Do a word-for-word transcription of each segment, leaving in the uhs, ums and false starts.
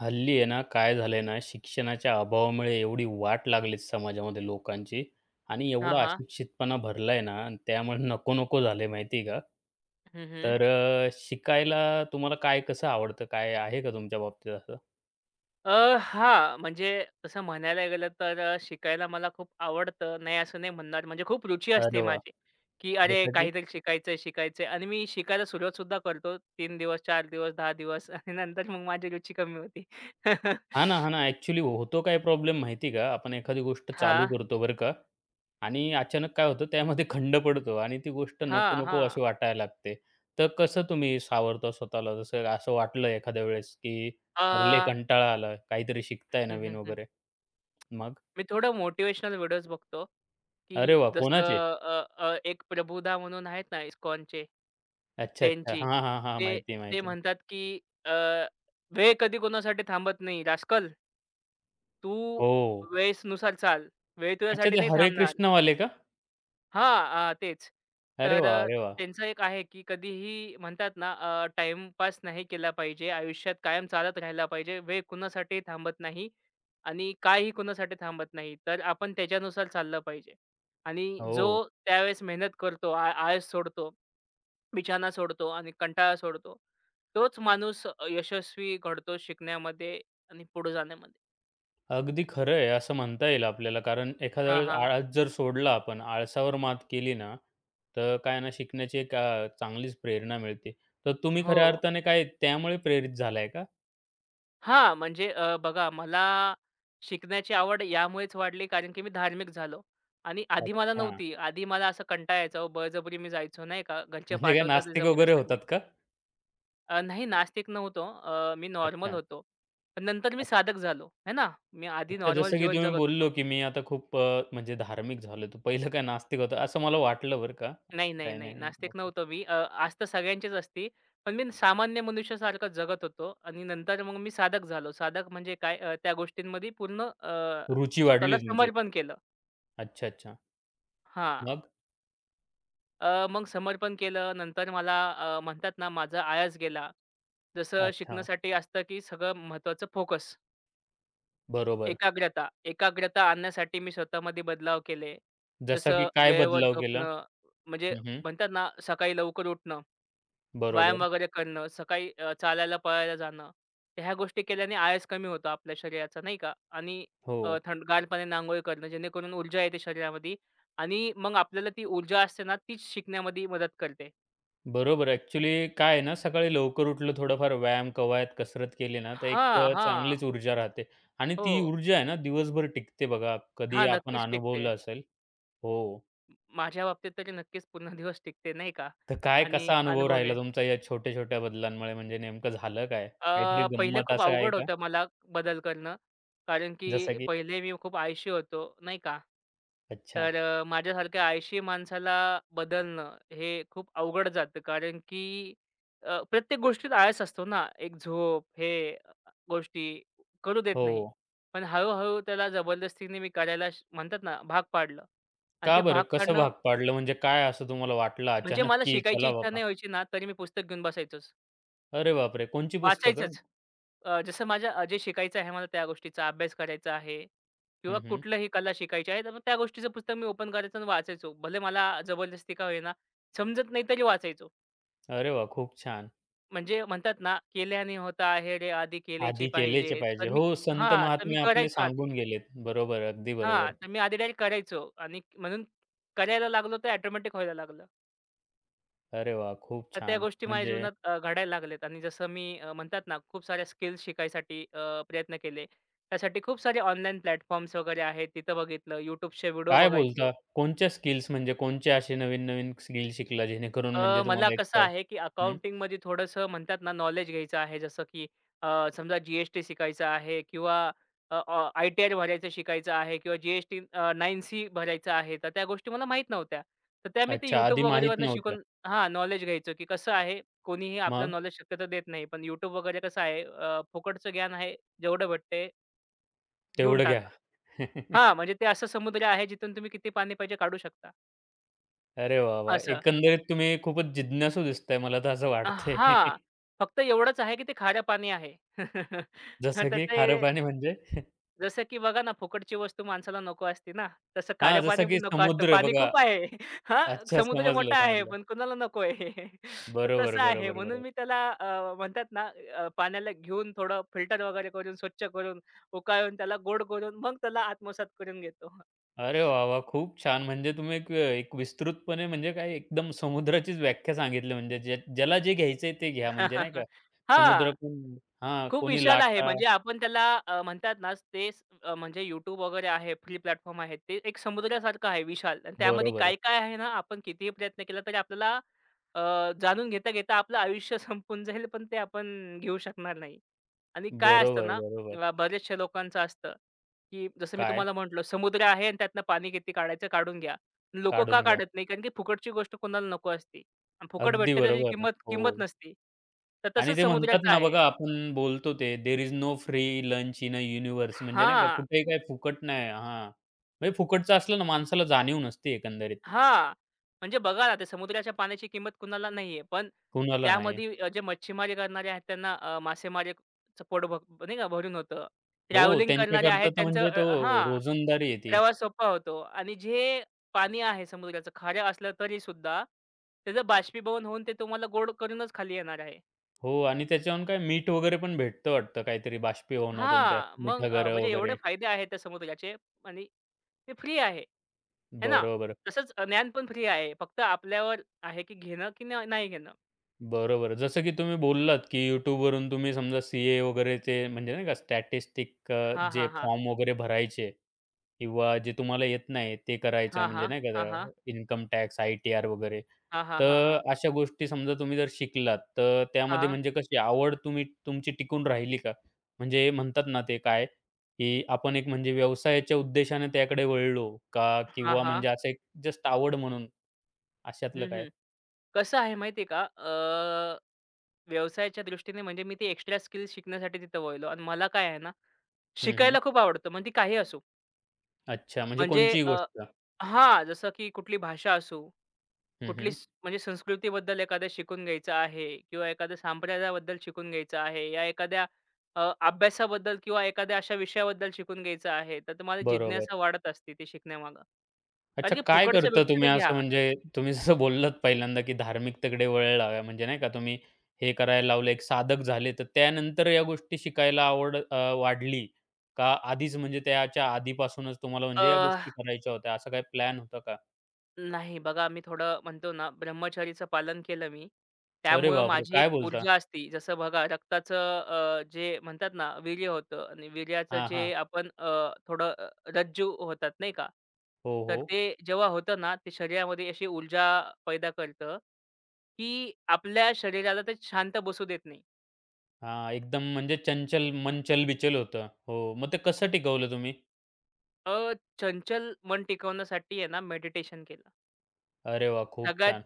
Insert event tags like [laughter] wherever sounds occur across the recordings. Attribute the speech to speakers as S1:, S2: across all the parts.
S1: हल्ली आहे ना, काय झालंय ना, शिक्षणाच्या अभावामुळे एवढी वाट लागलीच समाजामध्ये लोकांची आणि
S2: हां,
S1: एवढा
S2: हां.
S1: अशिक्षितपणा भरलाय ना आणि त्यामुळे नको-नको झालंय माहिती आहे का?
S2: हं, हं.
S1: तर अ, शिकायला तुम्हाला काय कसं आवडतं? काय आहे का तुमच्या बाबतीत असं?
S2: अ, हां, म्हणजे तसं म्हणायला गेलं तर अ, शिकायला मला खूप आवडतं. नाही असं नाही म्हणणार. म्हणजे खूप रुची असते
S1: अरे वाह!
S2: माझी, की अरे
S1: जसं की
S2: काहीतरी शिकायचंय, शिकायचंय आणि मी शिकायला सुरुवात सुद्धा करतो. तीन दिवस, चार दिवस, दहा दिवस [laughs] आणि नंतर मग माझी रुची कमी होती. [laughs]
S1: हां ना, हां ना. ॲक्चुअली होतो काय प्रॉब्लेम माहिती आहे का? आपण एखादी गोष्ट
S2: हां,
S1: चालू करतो बरं का आणि अचानक काय होतं त्यामध्ये खंड पडतो आणि ती गोष्ट
S2: हां,
S1: नको-नको
S2: हां.
S1: अशी वाटायला लागते. तर कसं तुम्ही सावरता स्वतःला? जसं असं वाटलं एखाद्या वेळेस, की
S2: अ,
S1: "अरे लय कंटाळा आला, काहीतरी शिकताय
S2: हं,
S1: नवीन
S2: हं, हं.
S1: वगैरे." मग?
S2: मी थोडं मोटिव्हेशनल व्हिडिओज बघतो,
S1: अरे
S2: की
S1: वा
S2: जसं
S1: कोणाचे?
S2: अ, अ, एक प्रभुदा म्हणून आहेत ना, इस्कॉनचे.
S1: अच्छा, अच्छा.
S2: त्यांची.
S1: हां, हां, हां.
S2: ते
S1: माहिती आहे,
S2: ते
S1: माहिती आहे.
S2: म्हणतात, की अ, "वेळ कधी कोणासाठी थांबत नाही. रास्कल, तू
S1: हो.
S2: वेळेनुसार चाल. वेळ
S1: अच्छा
S2: तुझ्यासाठी
S1: ते
S2: नाही
S1: हरे
S2: थांबणार."
S1: कृष्णावाले का?
S2: हां, अ, तेच.
S1: अरे
S2: तर
S1: वाह!
S2: अ,
S1: अरे वाह!
S2: त्यांचं एक आहे, की कधीही म्हणतात ना, अ, टाईमपास नाही केला पाहिजे. आयुष्यात कायम चालत राहिला पाहिजे. वेळ कुणासाठी थांबत नाही आणि काळही कुणासाठी थांबत नाही. तर आपण त्याच्यानुसार चाललं पाहिजे. आणि जो
S1: हो.
S2: त्यावेळेस मेहनत करतो, आ आळस सोडतो, बिछाना सोडतो आणि कंटाळा सोडतो, तोच माणूस अ, यशस्वी घडतो शिकण्यामध्ये आणि पुढे जाण्यामध्ये.
S1: अगदी खरं आहे, असं म्हणता येईल आपल्याला. कारण एखाद्या
S2: हां,
S1: वेळेस
S2: हां.
S1: आळस जर सोडला आपण, आळसावर मात केली ना, तर काय ना, शिकण्याची एक अ, चांगलीच प्रेरणा मिळते. तर तुम्ही
S2: हो.
S1: खऱ्या अर्थाने काय त्यामुळे प्रेरित झालाय का?
S2: हां, म्हणजे अ, बघा मला शिकण्याची आवड यामुळेच वाढली कारण की मी धार्मिक झालो आणि आधी मला
S1: अच्छा.
S2: नव्हती. आधी मला असं कंटाळा यायचा, ओ बळजबरी मी जायचो नाही का. घरचे
S1: म्हणजे काय
S2: पाठवतात ते
S1: नास्तिक वगैरे
S2: जबरदस्तीने.
S1: होतात का?
S2: अ, नाही नास्तिक नव्हतो. अ, मी नॉर्मल
S1: अच्छा.
S2: होतो. पण नंतर मी
S1: अ,
S2: साधक झालो, आहे ना. मी आधी
S1: अच्छा
S2: नॉर्मल
S1: जसं की
S2: जीवन
S1: तुम्ही
S2: जगत होतो.
S1: बोललो, की मी आता खूप अ, म्हणजे धार्मिक झालो, तर पहिलं काय नास्तिक होतं असं मला वाटलं बरं का.
S2: नाही, नाही,
S1: काही
S2: नाही.
S1: नाही.
S2: नास्तिक
S1: ओके.
S2: नव्हतो मी. अ, आस्था सगळ्यांचीच असती. पण मी सामान्य मनुष्यासारखं जगत होतो आणि नंतर मग मी साधक झालो. साधक म्हणजे काय, अ, त्या गोष्टींमध्ये पूर्ण अ,
S1: रुची वाढली
S2: स्वतःला
S1: तुमची.
S2: समर्पण केलं.
S1: अच्छा, अच्छा.
S2: हां.
S1: मग?
S2: अ, मग समर्पण केलं. नंतर मला अ, म्हणतात ना, माझा आळस गेला. जसं
S1: अच्छा.
S2: शिकण्यासाठी असतं, की सगळं महत्त्वाचं फोकस,
S1: बरोबर.
S2: एकाग्रता. एकाग्रता आणण्यासाठी मी स्वतःमध्ये बदलाव केले.
S1: जसा की
S2: जसं
S1: काय
S2: वेळेवर
S1: बदलाव केला?
S2: झोपणं, म्हणजे
S1: हं, हं.
S2: म्हणतात ना, सकाळी लवकर उठणं, व्यायाम
S1: बरोबर.
S2: वगैरे करणं, सकाळी अ, चालायला, पळायला जाणं. तर ह्या गोष्टी केल्याने आळस कमी होतो आपल्या शरीराचा, नाही का? आणि
S1: हो.
S2: अ, थंडगार पाण्याने करणं, जेणेकरून ऊर्जा येते शरीरामध्ये आणि मग आपल्याला ती ऊर्जा असते ना, तीच शिकण्यामध्ये मदत करते.
S1: बरोबर. ॲक्चुअली काय आहे ना, सकाळी लवकर उठलं, थोडंफार व्यायाम, कवायत, कसरत केली ना, तर एक
S2: हां,
S1: अ,
S2: हां.
S1: चांगलीच ऊर्जा राहते आणि
S2: हो.
S1: ती ऊर्जा आहे ना, दिवसभर टिकते बघा. कधी
S2: हां,
S1: आपण
S2: नक्कीच टिकते.
S1: अनुभवलं असेल. हो.
S2: माझ्या बाबतीत तरी नक्कीच पूर्ण दिवस टिकते नाही का.
S1: तर काय
S2: आणि
S1: कसा अनुभव राहिला
S2: अनुभवलंय.
S1: तुमचा या छोट्या-छोट्या बदलांमुळे? म्हणजे नेमकं झालं काय? काहीतरी
S2: अ, पहिले
S1: गंमत
S2: खूप
S1: असं आहे
S2: अवघड
S1: का?
S2: होतं मला बदल करणं. कारण
S1: जसं
S2: की
S1: की
S2: पहिले मी खूप आळशी होतो, नाही का?
S1: अच्छा.
S2: तर अ, माझ्यासारख्या आळशी माणसाला बदलणं हे खूप अवघड जातं. कारण की अ, प्रत्येक गोष्टीत आळस असतो ना. एक झोप, हे अ, गोष्टी करू देत
S1: हो.
S2: नाही. पण हळू-हळू त्याला जबरदस्तीने मी करायला श म्हणतात ना, भाग पाडलं. आणि ते
S1: का बरं?
S2: भाग
S1: कसं
S2: पाडणं
S1: भाग पाडलं? म्हणजे काय असं तुम्हाला वाटलं
S2: म्हणजे
S1: अचानक,
S2: मला
S1: की
S2: शिकायची
S1: चला
S2: इच्छा
S1: बाबा
S2: नाही व्हायची ना, तरी मी पुस्तक घेऊन बसायचोच.
S1: अरे बापरे! कोणची पुस्तकं?
S2: वाचायचंच. अ, जसं माझ्या अ, जे शिकायचं आहे मला त्या गोष्टीचा अभ्यास करायचा आहे किंवा
S1: हं, हं.
S2: कुठलंही कला शिकायची आहे, तर मग त्या गोष्टीचं पुस्तक मी ओपन करायचं आणि वाचायचो. भले मला जबरदस्ती का होईना, समजत नाही तरी वाचायचो.
S1: अरे वाह! खूप छान.
S2: म्हणजे म्हणतात ना, "केल्याने होता आहे रे, आधी केलेची
S1: आधी केलेचे
S2: पाहिजे." तर
S1: पाहिजे.
S2: मी
S1: हो, संत
S2: हां, तर मी
S1: महात्मे आपले
S2: करायचो आधी.
S1: सांगून गेलेत. बरोबर, अगदी
S2: हां,
S1: बरोबर.
S2: तर मी आधी डायरेक्ट करायचो आणि म्हणून करायला लागलो, तर ऑटोमॅटिक व्हायला लागलं.
S1: अरे वाह! खूप
S2: तर त्या
S1: छान.
S2: गोष्टी माझ्या
S1: म्हणजे
S2: जीवनात अ, घडायला लागल्यात आणि जसं मी अ, म्हणतात ना, खूप साऱ्या स्किल्स शिकायसाठी अ, प्रयत्न केले. त्यासाठी खूप सारे ऑनलाईन प्लॅटफॉर्म्स वगैरे आहेत. तिथं बघितलं. YouTubeचे व्हिडिओ
S1: काय
S2: बघायचो.
S1: बोलता? कोणच्या स्किल्स म्हणजे कोणचे असे नवीन-नवीन स्किल शिकला जेणेकरून
S2: अ,
S1: म्हणजे
S2: मला
S1: तुम्हाला एक
S2: कसं
S1: अ,
S2: आहे, की
S1: हं,
S2: अकाउंटिंगमध्ये थोडंसं म्हणतात ना, नॉलेज घ्यायचं आहे. जसं की अ, समजा जी शिकायचं आहे किंवा आय टी आर भरायचं शिकायचं आहे किंवा G S T nine C भरायचं आहे. तर त्या गोष्टी मला माहीत नव्हत्या. तर त्या मी ते
S1: अच्छा
S2: YouTube
S1: आधी माहीत
S2: वगैरेवरनं
S1: नव्हत्या.
S2: शिकून हां, नॉलेज घ्यायचो, की कसं आहे, कोणीही आपलं
S1: मग?
S2: नॉलेज शक्यतो देत नाही. पण YouTube वगैरे कसं आहे, अ, फुकटचं ज्ञान आहे, जेवढं भेटतंय घेऊन
S1: तेवढं घ्या.
S2: टाका.
S1: [laughs]
S2: हां, म्हणजे ते असं समुद्र आहे, जिथून तुम्ही किती पाणी पाहिजे काढू शकता.
S1: अरे वाह, वाह!
S2: असं.
S1: एकंदरीत तुम्ही खूपच जिज्ञासू दिसताय मला तर असं
S2: अ,
S1: वाटतंय.
S2: हां.
S1: [laughs]
S2: फक्त एवढंच आहे, की ते खारं पाणी आहे. [laughs] हां,
S1: जसं
S2: तर
S1: की
S2: ते
S1: खारं पाणी म्हणजे? [laughs]
S2: जसं की बघा ना, फुकटची वस्तू माणसाला नको असते ना, तसं खारं
S1: हां,
S2: पाणी
S1: जसं की
S2: पण नको असतं.
S1: समुद्र
S2: पाणी
S1: बघा.
S2: खूप आहे. [laughs] हां,
S1: अच्छा
S2: समुद्र
S1: समजलं,
S2: मोठा आहे,
S1: समजलं.
S2: पण कुणाला नको आहे. [laughs] तर
S1: बरोबर,
S2: तसं आहे.
S1: बरोबर,
S2: म्हणून
S1: बरोबर.
S2: मी त्याला अ, म्हणतात ना, अ, पाण्याला घेऊन थोडं फिल्टर वगैरे करून, स्वच्छ करून, उकळून, त्याला गोड करून, मग त्याला आत्मसात करून घेतो.
S1: अरे वाह, वाह! खूप छान. म्हणजे तुम्ही एक एक विस्तृतपणे म्हणजे काय एकदम समुद्राचीच व्याख्या सांगितली म्हणजे ज्या ज्याला जे घ्यायचंय ते घ्या म्हणजे नाही का.
S2: [laughs]
S1: समुद्र
S2: हां.
S1: कोण हां,
S2: खूप
S1: कोणी
S2: विशाल आहे.
S1: लाटा
S2: म्हणजे आपण त्याला अ, म्हणतात ना, ते स- अ, म्हणजे YouTube वगैरे आहे, फ्री प्लॅटफॉर्म आहे, ते एक समुद्रासारखं आहे विशाल आणि त्यामध्ये
S1: बरोबर,
S2: काय-काय आहे ना, आपण कितीही प्रयत्न केला तरी आपल्याला अ, जाणून घेता-घेता आपलं आयुष्य [laughs] संपून जाईल, पण ते आपण घेऊ शकणार नाही. आणि काय असतं
S1: बरोबर,
S2: ना,
S1: बरोबर.
S2: अ, बऱ्याचशा लोकांचं असतं, की जसं मी
S1: काय
S2: तुम्हाला म्हटलं, समुद्र आहे आणि त्यातनं पाणी किती काढायचं काढून घ्या. लोकं का
S1: काढून घ्या.
S2: काढत नाही? कारण की फुकटची गोष्ट कोणाला नको असते. आणि फुकट
S1: अगदी
S2: भेटते त्याची
S1: बरोबर.
S2: किंमत
S1: हो.
S2: किंमत नसते. तर
S1: आणि
S2: तसंच
S1: ते म्हणतात
S2: समुद्राचं
S1: ना
S2: आहे.
S1: बघा आपण बोलतो ते there is no free lunch in a universe म्हणजे नाही का
S2: हां,
S1: कुठेही काही फुकट नाही हां. म्हणजे फुकटचं असलं ना माणसाला जाणीव नसते एकंदरीत.
S2: हां. म्हणजे बघा ना, ते समुद्राच्या पाण्याची किंमत कुणाला नाहीये. पण
S1: कुणाला नाही.
S2: त्यामध्ये अ, जे मच्छीमारी करणारे आहेत त्यांना अ, मासेमारीचं पोट भक नाही का भरून होतं.
S1: हो,
S2: ट्रॅव्हलिंग करणारे
S1: त्यांच्याकरता
S2: आहेत
S1: तर
S2: त्यांचं
S1: म्हणजे तो
S2: अ, हां,
S1: रोजंदारी आहे
S2: प्रवास सोपा होतो आणि जे पाणी आहे समुद्राचं खारं असलं तरीसुद्धा त्याचं बाष्पीभवन होऊन ते तुम्हाला गोड करूनच खाली येणार आहे.
S1: हो आणि त्याच्याहून काय मीठ वगैरे पण भेटतं वाटतं काहीतरी बाष्पीभवनातून त्या
S2: हां. मग अ,
S1: मिठागऱ्या
S2: म्हणजे एवढे
S1: वगैरे.
S2: फायदे आहेत त्या समुद्राचे आणि ते फ्री आहे. हे ना?
S1: बरोबर.
S2: तसंच अ, ज्ञान पण फ्री आहे. फक्त आपल्यावर आहे, की घेणं की न नाही घेणं.
S1: बरोबर. जसं की तुम्ही बोललात, की YouTubeवरून तुम्ही समजा सी-ए वगैरेचे म्हणजे नाही का स्टॅटिस्टिक
S2: हां,
S1: जे
S2: हां, हां.
S1: फॉर्म वगैरे भरायचे किंवा जे तुम्हाला येत नाही ते करायचं
S2: हां,
S1: म्हणजे
S2: हां.
S1: नाही का
S2: हां, हां.
S1: अ, इन्कम टॅक्स, आय-टी-आर वगैरे.
S2: हां, हां, हां,
S1: तर
S2: हां.
S1: अशा गोष्टी समजा तुम्ही जर शिकलात, तर त्यामध्ये
S2: हां.
S1: म्हणजे कशी आवड तुम्ही तुमची टिकून राहिली का? म्हणजे म्हणतात ना ते काय, की आपण एक म्हणजे व्यवसायाच्या उद्देशाने त्याकडे वळलो का?
S2: हां,
S1: किंवा
S2: हां.
S1: म्हणजे असं एक जस्ट आवड म्हणून अशातलं
S2: हं,
S1: काय?
S2: हं. कसं आहे माहिती आहे का? अ, व्यवसायाच्या दृष्टीने म्हणजे मी ते एक्स्ट्रा स्किल्स शिकण्यासाठी तिथं वळलो आणि मला काय आहे ना,
S1: हं, हं.
S2: शिकायला खूप आवडतं. मग काही असो.
S1: अच्छा म्हणजे
S2: म्हणजे
S1: कोणचीही
S2: अ
S1: गोष्ट.
S2: हां. जसं की कुठली भाषा असो,
S1: हं, हं.
S2: कुठलीच म्हणजे संस्कृतीबद्दल एखादं शिकून घ्यायचं आहे किंवा एखाद्या संप्रदायाबद्दल शिकून घ्यायचं आहे या एखाद्या अ, अभ्यासाबद्दल किंवा एखाद्या अशा विषयाबद्दल शिकून घ्यायचं आहे, तर तुम्हाला
S1: बरोबर.
S2: जिज्ञासा वाढत असते ते शिकण्यामागं. कारण
S1: अच्छा
S2: की
S1: काय
S2: फुकटचं
S1: करता
S2: भेटते तर
S1: तुम्ही
S2: घ्या.
S1: असं म्हणजे तुम्ही जसं बोललात पहिल्यांदा, की धार्मिकतेकडे वळण लावा म्हणजे नाही का तुम्ही हे करायला लावलं एक साधक झाले, तर त्यानंतर या गोष्टी शिकायला आवड अ, वाढली का आधीच म्हणजे त्याच्या आधीपासूनच तुम्हाला
S2: अ,
S1: म्हणजे या गोष्टी करायच्या होत्या, असा काही प्लॅन होता का?
S2: नाही बघा, मी थोडं म्हणतो ना, ब्रह्मचर्याचं पालन केलं मी.
S1: अरे
S2: त्यामुळं
S1: बापरे!
S2: माझी
S1: काय
S2: एक
S1: बोलता?
S2: ऊर्जा असती. जसं बघा रक्ताचं अ, जे म्हणतात ना, वीर्य होतं आणि वीर्याचं
S1: हां, हां.
S2: जे आपण अ, थोडं अ, रज्जू होतात नाही का?
S1: हो,
S2: तर
S1: हो.
S2: ते जेव्हा होतं ना, ते शरीरामध्ये अशी ऊर्जा पैदा करतं, की आपल्या शरीराला ते शांत बसू देत नाही.
S1: हां, एकदम म्हणजे चंचल मन चलबिचल होतं. हो, मग ते कसं टिकवलं तुम्ही?
S2: अ, चंचल मन टिकवण्यासाठी आहे ना, मेडिटेशन केलं.
S1: अरे वाह! खूप
S2: सगळ्यात
S1: छान.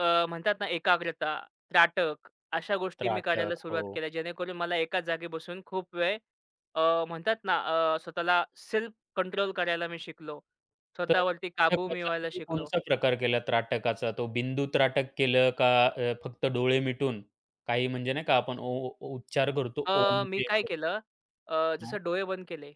S2: अ, म्हणतात ना, एकाग्रता, त्राटक अशा गोष्टी मी करायला
S1: त्राटक. हो.
S2: सुरुवात केल्या, जेणेकरून मला एकाच जागी बसून खूप वेळ अ, म्हणतात ना अ, स्वतःला सेल्फ कंट्रोल करायला मी शिकलो.
S1: तर
S2: स्वतःवरती काबू
S1: त्राटकाचा
S2: मिळवायला
S1: तुम्ही
S2: शिकलो.
S1: कोणता प्रकार केला त्राटकाचा? तो बिंदू त्राटक केलं का अ, फक्त डोळे मिटून? काही म्हणजे नाही का आपण ओ ओ उच्चार करतो
S2: अ, मी
S1: ओमचे
S2: काय केलं,
S1: वगैरे.
S2: अ,
S1: हां,
S2: जसं डोळे बंद केले.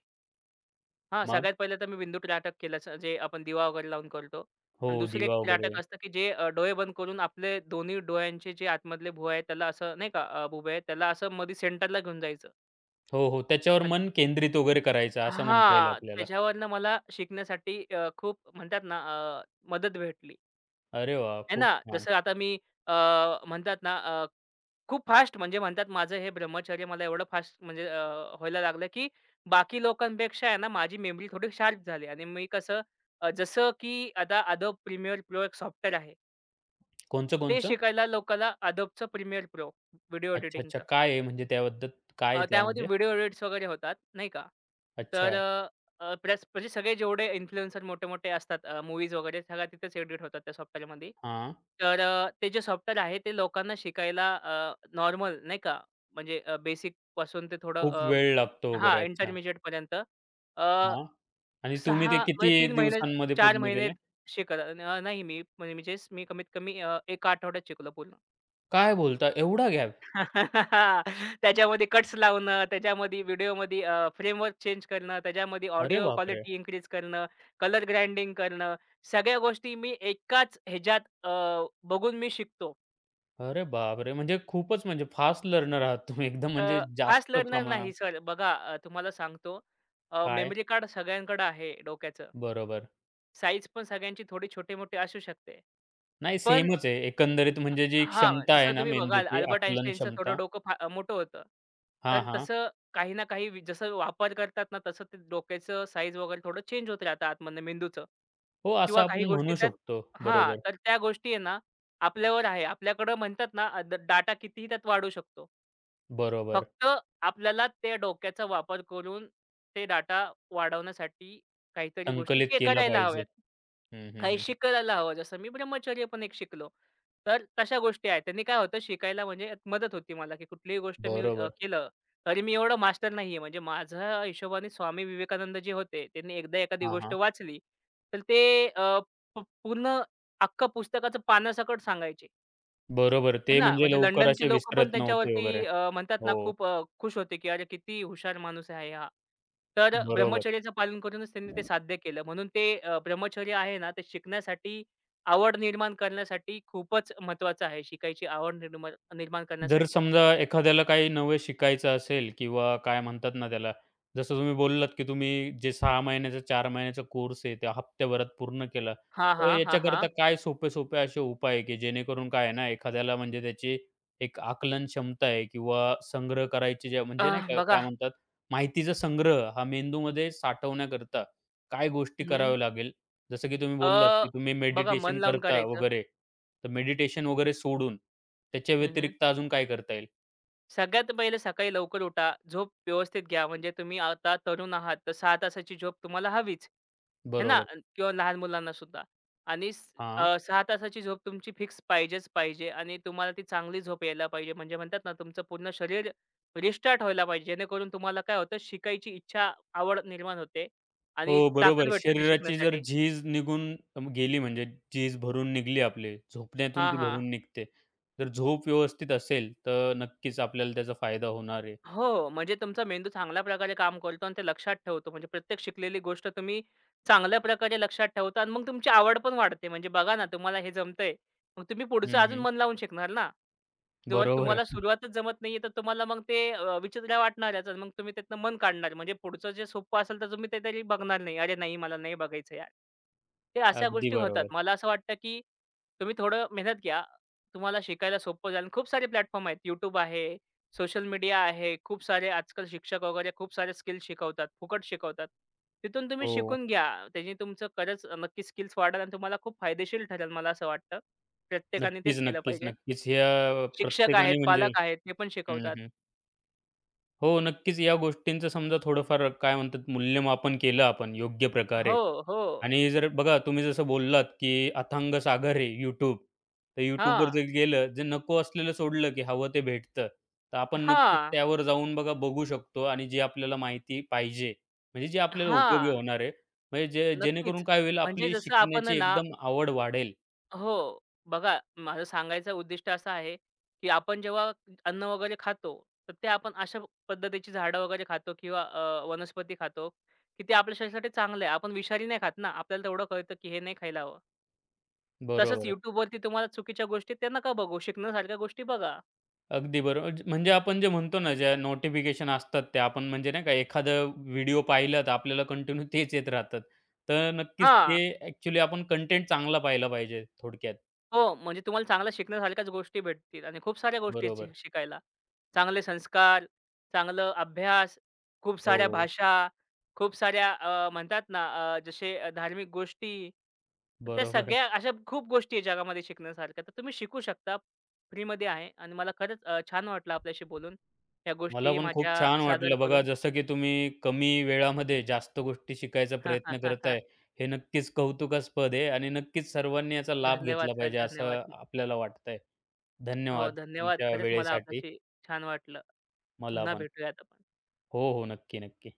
S2: हां,
S1: मग?
S2: सगळ्यात पहिलं तर मी बिंदू त्राटक केलंच, जे आपण दिवा वगैरे लावून करतो
S1: हो,
S2: आणि दुसरं एक
S1: दिवा
S2: त्राटक
S1: वगैरे.
S2: असतं, की जे अ, डोळे बंद करून आपले दोन्ही डोळ्यांचे जे आतमधले भुवया आहेत त्याला असं नाही का, अ, बुबुळे त्याला असं मध्ये सेंटरला घेऊन जायचं.
S1: हो, हो. त्याच्यावर मन केंद्रित वगैरे करायचं असं म्हणता येईल
S2: हां,
S1: आपल्याला.
S2: त्याच्यावरनं मला शिकण्यासाठी अ, खूप म्हणतात ना अ, मदत भेटली.
S1: अरे वाह!
S2: आहे
S1: खूप
S2: ना,
S1: छान.
S2: जसं आता मी अ, म्हणतात ना अ, खूप फास्ट म्हणजे म्हणतात माझं हे ब्रह्मचर्य मला एवढं फास्ट म्हणजे अ, व्हायला लागलं, की बाकी लोकांपेक्षा आहे ना, माझी मेमरी थोडी शार्प झाली आणि मी कसं, अ, जसं की आता Adobe Premiere Pro एक सॉफ्टवेअर आहे. ते
S1: कोणचं-कोणचं?
S2: शिकायला लोकाला Adobeचं Premiere Pro व्हिडिओ,
S1: अच्छा, अच्छा. काय आहे म्हणजे त्याबद्दल काय आहे
S2: अ, त्यामध्ये
S1: त्यामध्ये?
S2: व्हिडिओ एडिट्स वगैरे होतात, नाही का.
S1: अच्छा.
S2: तर अ, अ, प्लस म्हणजे सगळे जेवढे इन्फ्लुएन्सर मोठे-मोठे असतात, अ, मूव्हीज वगैरे सगळ्या तिथेच एडिट होतात त्या सॉफ्टवेअरमध्ये.
S1: हां.
S2: तर अ, ते जे सॉफ्टवेअर आहे ते लोकांना शिकायला नॉर्मल नाही का, म्हणजे अ, बेसिकपासून ते थोडं
S1: खूप
S2: अ,
S1: वेळ लागतो
S2: हां,
S1: वगैरे. अच्छा.
S2: इंटरमिजिएटपर्यंत अ,
S1: हां. आणि तुम्ही ते
S2: सहा म्हणजे
S1: किती
S2: तीन महिने
S1: दिवसांमध्ये
S2: चार
S1: पूर्ण
S2: महिने
S1: केले?
S2: शिकत नाही मी, म्हणजे मी कमीत कमी अ, एक आठवड्यात शिकलो पूर्ण.
S1: काय बोलता? एवढा गॅप?
S2: [laughs] त्याच्यामध्ये कट्स लावणं, त्याच्यामध्ये व्हिडिओमध्ये अ, फ्रेमवर्क चेंज करणं, त्याच्यामध्ये
S1: अरे
S2: ऑडिओ
S1: बापरे!
S2: क्वालिटी इन्क्रीज करणं, कलर ग्राइंडिंग करणं, सगळ्या गोष्टी मी एकाच ह्याच्यात अ, बघून मी शिकतो.
S1: अरे बापरे! म्हणजे खूपच म्हणजे फास्ट लर्नर आहात तुम्ही एकदम
S2: अ,
S1: म्हणजे
S2: फास्ट
S1: जास्त
S2: लर्नर
S1: प्रमाणात.
S2: नाही सर. बघा, अ, तुम्हाला सांगतो,
S1: काय?
S2: मेमरी कार्ड सगळ्यांकडे आहे डोक्याचं.
S1: बरोबर.
S2: साईज पण सगळ्यांची थोडी छोटी-मोठी असू शकते.
S1: नाही
S2: पण
S1: सेमच आहे. एकंदरीत म्हणजे जी
S2: हां,
S1: क्षमता आहे
S2: जसं
S1: ना
S2: तुम्ही बघाल
S1: मेंदूची
S2: अल्बर्ट
S1: आकलन
S2: आइन्स्टाईनचं थोडं
S1: क्षमता.
S2: डोकं फा अ, मोठं होतं.
S1: हां,
S2: तर
S1: हां.
S2: तसं काही ना काही वि जसं वापर करतात ना, तसं ते डोक्याचं साईज वगैरे थोडं चेंज होत राहतं आतमधनं मेंदूचं.
S1: हो, असं
S2: किंवा काही
S1: आपण
S2: गोष्टी
S1: म्हणू
S2: त्यात
S1: शकतो.
S2: हां,
S1: बरोबर,
S2: तर त्या गोष्टी आहे ना, आपल्यावर आहे. आपल्याकडं म्हणतात ना, अ, ड डाटा कितीही त्यात वाढू शकतो.
S1: बरोबर.
S2: फक्त आपल्याला त्या डोक्याचा वापर करून ते डाटा वाढवण्यासाठी काहीतरी गोष्टी
S1: संकलित
S2: के
S1: केला
S2: करायला
S1: पाहिजे.
S2: हव्यात.
S1: हं, हं,
S2: काही
S1: हं.
S2: शिकायला हवं. जसं मी ब्रह्मचर्य पण एक शिकलो. तर तशा गोष्टी आहेत. त्यांनी काय होतं शिकायला म्हणजे यात मदत होती मला, की कुठलीही गोष्ट मी अ,
S1: बरोबर.
S2: केलं तरी मी एवढं मास्टर नाहीये. म्हणजे माझ्या हिशोबाने स्वामी विवेकानंद जे होते, त्यांनी एकदा एखादी
S1: हां,
S2: गोष्ट
S1: हां.
S2: वाचली, तर ते अ, प पूर्ण अख्खं पुस्तकाचं पानासकट सांगायचे.
S1: बरोबर.
S2: आहे
S1: ते
S2: ना,
S1: म्हणजे
S2: म्हणजे
S1: लवकर
S2: लंडनची
S1: असे
S2: लोकं पण
S1: विसरत नव्हते वगैरे.
S2: त्यांच्यावरती अ, म्हणतात ना,
S1: हो,
S2: खूप अ, खुश होते, की "अरे, किती हुशार माणूस आहे हा." तर अ,
S1: बरोबर.
S2: ब्रह्मचर्याचं पालन करूनच त्यांनी ते साध्य केलं. म्हणून ते अ, ब्रह्मचर्य आहे ना, ते शिकण्यासाठी, आवड निर्माण करण्यासाठी खूपच महत्त्वाचं आहे. शिकायची आवड निर्माण निर्माण
S1: जर
S2: करण्यासाठी.
S1: समजा एखाद्याला काही नवे शिकायचं असेल किंवा काय म्हणतात ना त्याला, जसं तुम्ही बोललात, की तुम्ही जे सहा महिन्याचा, चार महिन्याचा कोर्स आहे, त्या हप्त्याभरात पूर्ण केला.
S2: हां,
S1: तर
S2: हां. हां, हां.
S1: याच्याकरता काय सोपे-सोपे असे उपाय आहे, की जेणेकरून काय आहे ना, एखाद्याला म्हणजे त्याची एक आकलन क्षमता आहे किंवा संग्रह करायची जे
S2: अ,
S1: म्हणजे नाही का,
S2: बघा
S1: काय म्हणतात, माहितीचा संग्रह हा मेंदूमध्ये साठवण्याकरता काय गोष्टी
S2: हं.
S1: कराव्या लागेल? जसं की तुम्ही
S2: अ,
S1: बोललात, की तुम्ही
S2: बघा मन
S1: मेडिटेशन
S2: लावून
S1: करता
S2: करायचं.
S1: वगैरे. तर मेडिटेशन वगैरे सोडून त्याच्या व्यतिरिक्त अजून काय करता येईल?
S2: सगळ्यात पहिले सकाळी लवकर उठा. झोप व्यवस्थित घ्या. म्हणजे तुम्ही आता तरुण आहात, तर सहा तासाची झोप तुम्हाला हवीच. आहे ना?
S1: बरोबर.
S2: अन- किंवा लहान मुलांना सुद्धा. आणि स
S1: हां.
S2: अ, सहा तासाची झोप तुमची फिक्स पाहिजेच पाहिजे आणि तुम्हाला ती चांगली झोप यायला पाहिजे. म्हणजे म्हणतात ना, तुमचं पूर्ण शरीर रिस्टार्ट व्हायला पाहिजे. जेणेकरून तुम्हाला काय होतं, शिकायची इच्छा, आवड निर्माण होते
S1: हो,
S2: आणि ताकद
S1: बरोबर.
S2: भेटते ते
S1: शरीराची जर
S2: शिकण्यासाठी.
S1: झीज निघून गेली म्हणजे झीज भरून निघली आपली, झोपण्यातून
S2: हां,
S1: ती
S2: हां.
S1: भरून निघते. तर झोप व्यवस्थित असेल, तर नक्कीच आपल्याला त्याचा फायदा होणार आहे.
S2: हो, म्हणजे तुमचा मेंदू चांगल्या प्रकारे काम करतो आणि ते लक्षात ठेवतो. म्हणजे प्रत्येक शिकलेली गोष्ट तुम्ही चांगल्या प्रकारे लक्षात ठेवता आणि मग तुमची आवड पण वाढते. म्हणजे बघा ना, तुम्हाला हे जमतंय, मग तुम्ही पुढचं
S1: हं,
S2: अजून
S1: हं.
S2: मन लावून शिकणार ना. जेव्हा
S1: बरोबर.
S2: तुम्हाला सुरुवातच जमत नाहीये, तर तुम्हाला मग ते अ, विचित्र वाटणारच आणि मग तुम्ही त्यातनं मन काढणार. म्हणजे पुढचं जे सोपं असेल, तर तुम्ही ते तरी बघणार नाही. "अरे नाही, मला नाही बघायचं यार." ते अशा
S1: अगदी
S2: गोष्टी होतात.
S1: बरोबर.
S2: मला असं वाटतं, की तुम्ही थोडं मेहनत घ्या. तुम्हाला शिकायला सोपं जाईल. खूप सारे प्लॅटफॉर्म आहेत. YouTube आहे. सोशल मीडिया आहे. खूप सारे आजकाल शिक्षक वगैरे खूप सारे स्किल्स शिकवतात, फुकट शिकवतात. तिथून तुम्ही
S1: हो.
S2: शिकून घ्या. त्याने तुमचं खरंच नक्की स्किल्स वाढेल आणि तुम्हाला खूप फायदेशीर ठरेल, मला असं वाटतं. प्रत्येकाने
S1: नक्कीच,
S2: तेच केलं
S1: नक्कीच,
S2: पाहिजे.
S1: नक्कीच. ह्या
S2: शिक्षक आहेत,
S1: प्रत्येकाने म्हणजे
S2: पालक आहेत, ते पण
S1: हं,
S2: शिकवतात.
S1: हं. हो, नक्कीच या गोष्टींचं समजा थोडंफार काय म्हणतात मूल्यमापन केलं आपण योग्य प्रकारे
S2: हो, हो.
S1: आणि जर बघा तुम्ही जसं बोललात, की अथांग सागर आहे YouTube. तर YouTubeवर
S2: हां,
S1: जर गेलं, जे नको असलेलं सोडलं, की हवं ते भेटतं. तर आपण नक्कीच
S2: हां,
S1: त्यावर जाऊन बघा बघू शकतो आणि जी आपल्याला माहिती पाहिजे, म्हणजे जी आपल्याला उपयोगी
S2: हां.
S1: होणार आहे. म्हणजे जे
S2: नक्कीच.
S1: जेणेकरून काय होईल
S2: म्हणजे
S1: आपली
S2: जसं आपण आहे
S1: शिकण्याची
S2: ना
S1: एकदम आवड वाढेल.
S2: हो. बघा, माझं सांगायचं उद्दिष्ट असं आहे, की आपण जेव्हा अन्न वगैरे खातो, तर ते आपण अशा पद्धतीची झाडं वगैरे खातो किंवा अ, वनस्पती खातो, की ते आपल्या शरीरासाठी चांगलं आहे. आपण विषारी नाही खात ना. आपल्याला तेवढं कळतं, की हे नाही खायला हवं. तसंच
S1: बरोबर.
S2: YouTubeवरती तुम्हाला चुकीच्या गोष्टी त्या नका बघू. शिकण्यासारख्या गोष्टी बघा.
S1: अगदी बरोबर. ज म्हणजे आपण जे म्हणतो ना, ज्या नोटिफिकेशन असतात त्या आपण म्हणजे नाही का एखादं व्हिडिओ पाहिलं तर आपल्याला कंटिन्यू तेच येत राहतात. तर नक्कीच ते
S2: हां.
S1: ॲक्चुअली आपण कंटेंट चांगला पाहिला पाहिजे थोडक्यात.
S2: हो, म्हणजे तुम्हाला चांगल्या शिकण्यासारख्याच गोष्टी भेटतील आणि खूप साऱ्या गोष्टी शि
S1: बरोबर.
S2: शिकायला. चांगले संस्कार, चांगलं अभ्यास, खूप साऱ्या
S1: हो,
S2: भाषा, खूप साऱ्या अ, म्हणतात ना अ, जसे अ, धार्मिक गोष्टी. तर त्या
S1: बरोबर.
S2: सगळ्या अशा खूप गोष्टी आहेत जगामध्ये शिकण्यासारख्या. तर तुम्ही शिकू शकता. फ्रीमध्ये आहे आणि मला खरंच अ, छान वाटलं आपल्याशी बोलून. या
S1: मला
S2: गोष्टी
S1: पण खूप
S2: माझ्या
S1: छान
S2: सादर
S1: वाटलं बघा
S2: करून.
S1: जसं की तुम्ही कमी वेळामध्ये जास्त गोष्टी शिकायचा प्रयत्न करत
S2: [laughs]
S1: हे नक्कीच कौतुकास्पद आहे आणि नक्कीच सर्वांनी याचा लाभ
S2: धन्यवाद
S1: घेतला
S2: सर,
S1: पाहिजे असं
S2: धन्यवाद.
S1: आपल्याला वाटतंय.
S2: हो,
S1: धन्यवाद
S2: धन्यवाद.
S1: तुमच्या
S2: खरंच मला
S1: वेळेसाठी.
S2: आपल्याशी छान वाटलं.
S1: मला
S2: पुन्हा
S1: पण.
S2: भेटूयात आपण.
S1: हो, हो. नक्की, नक्की.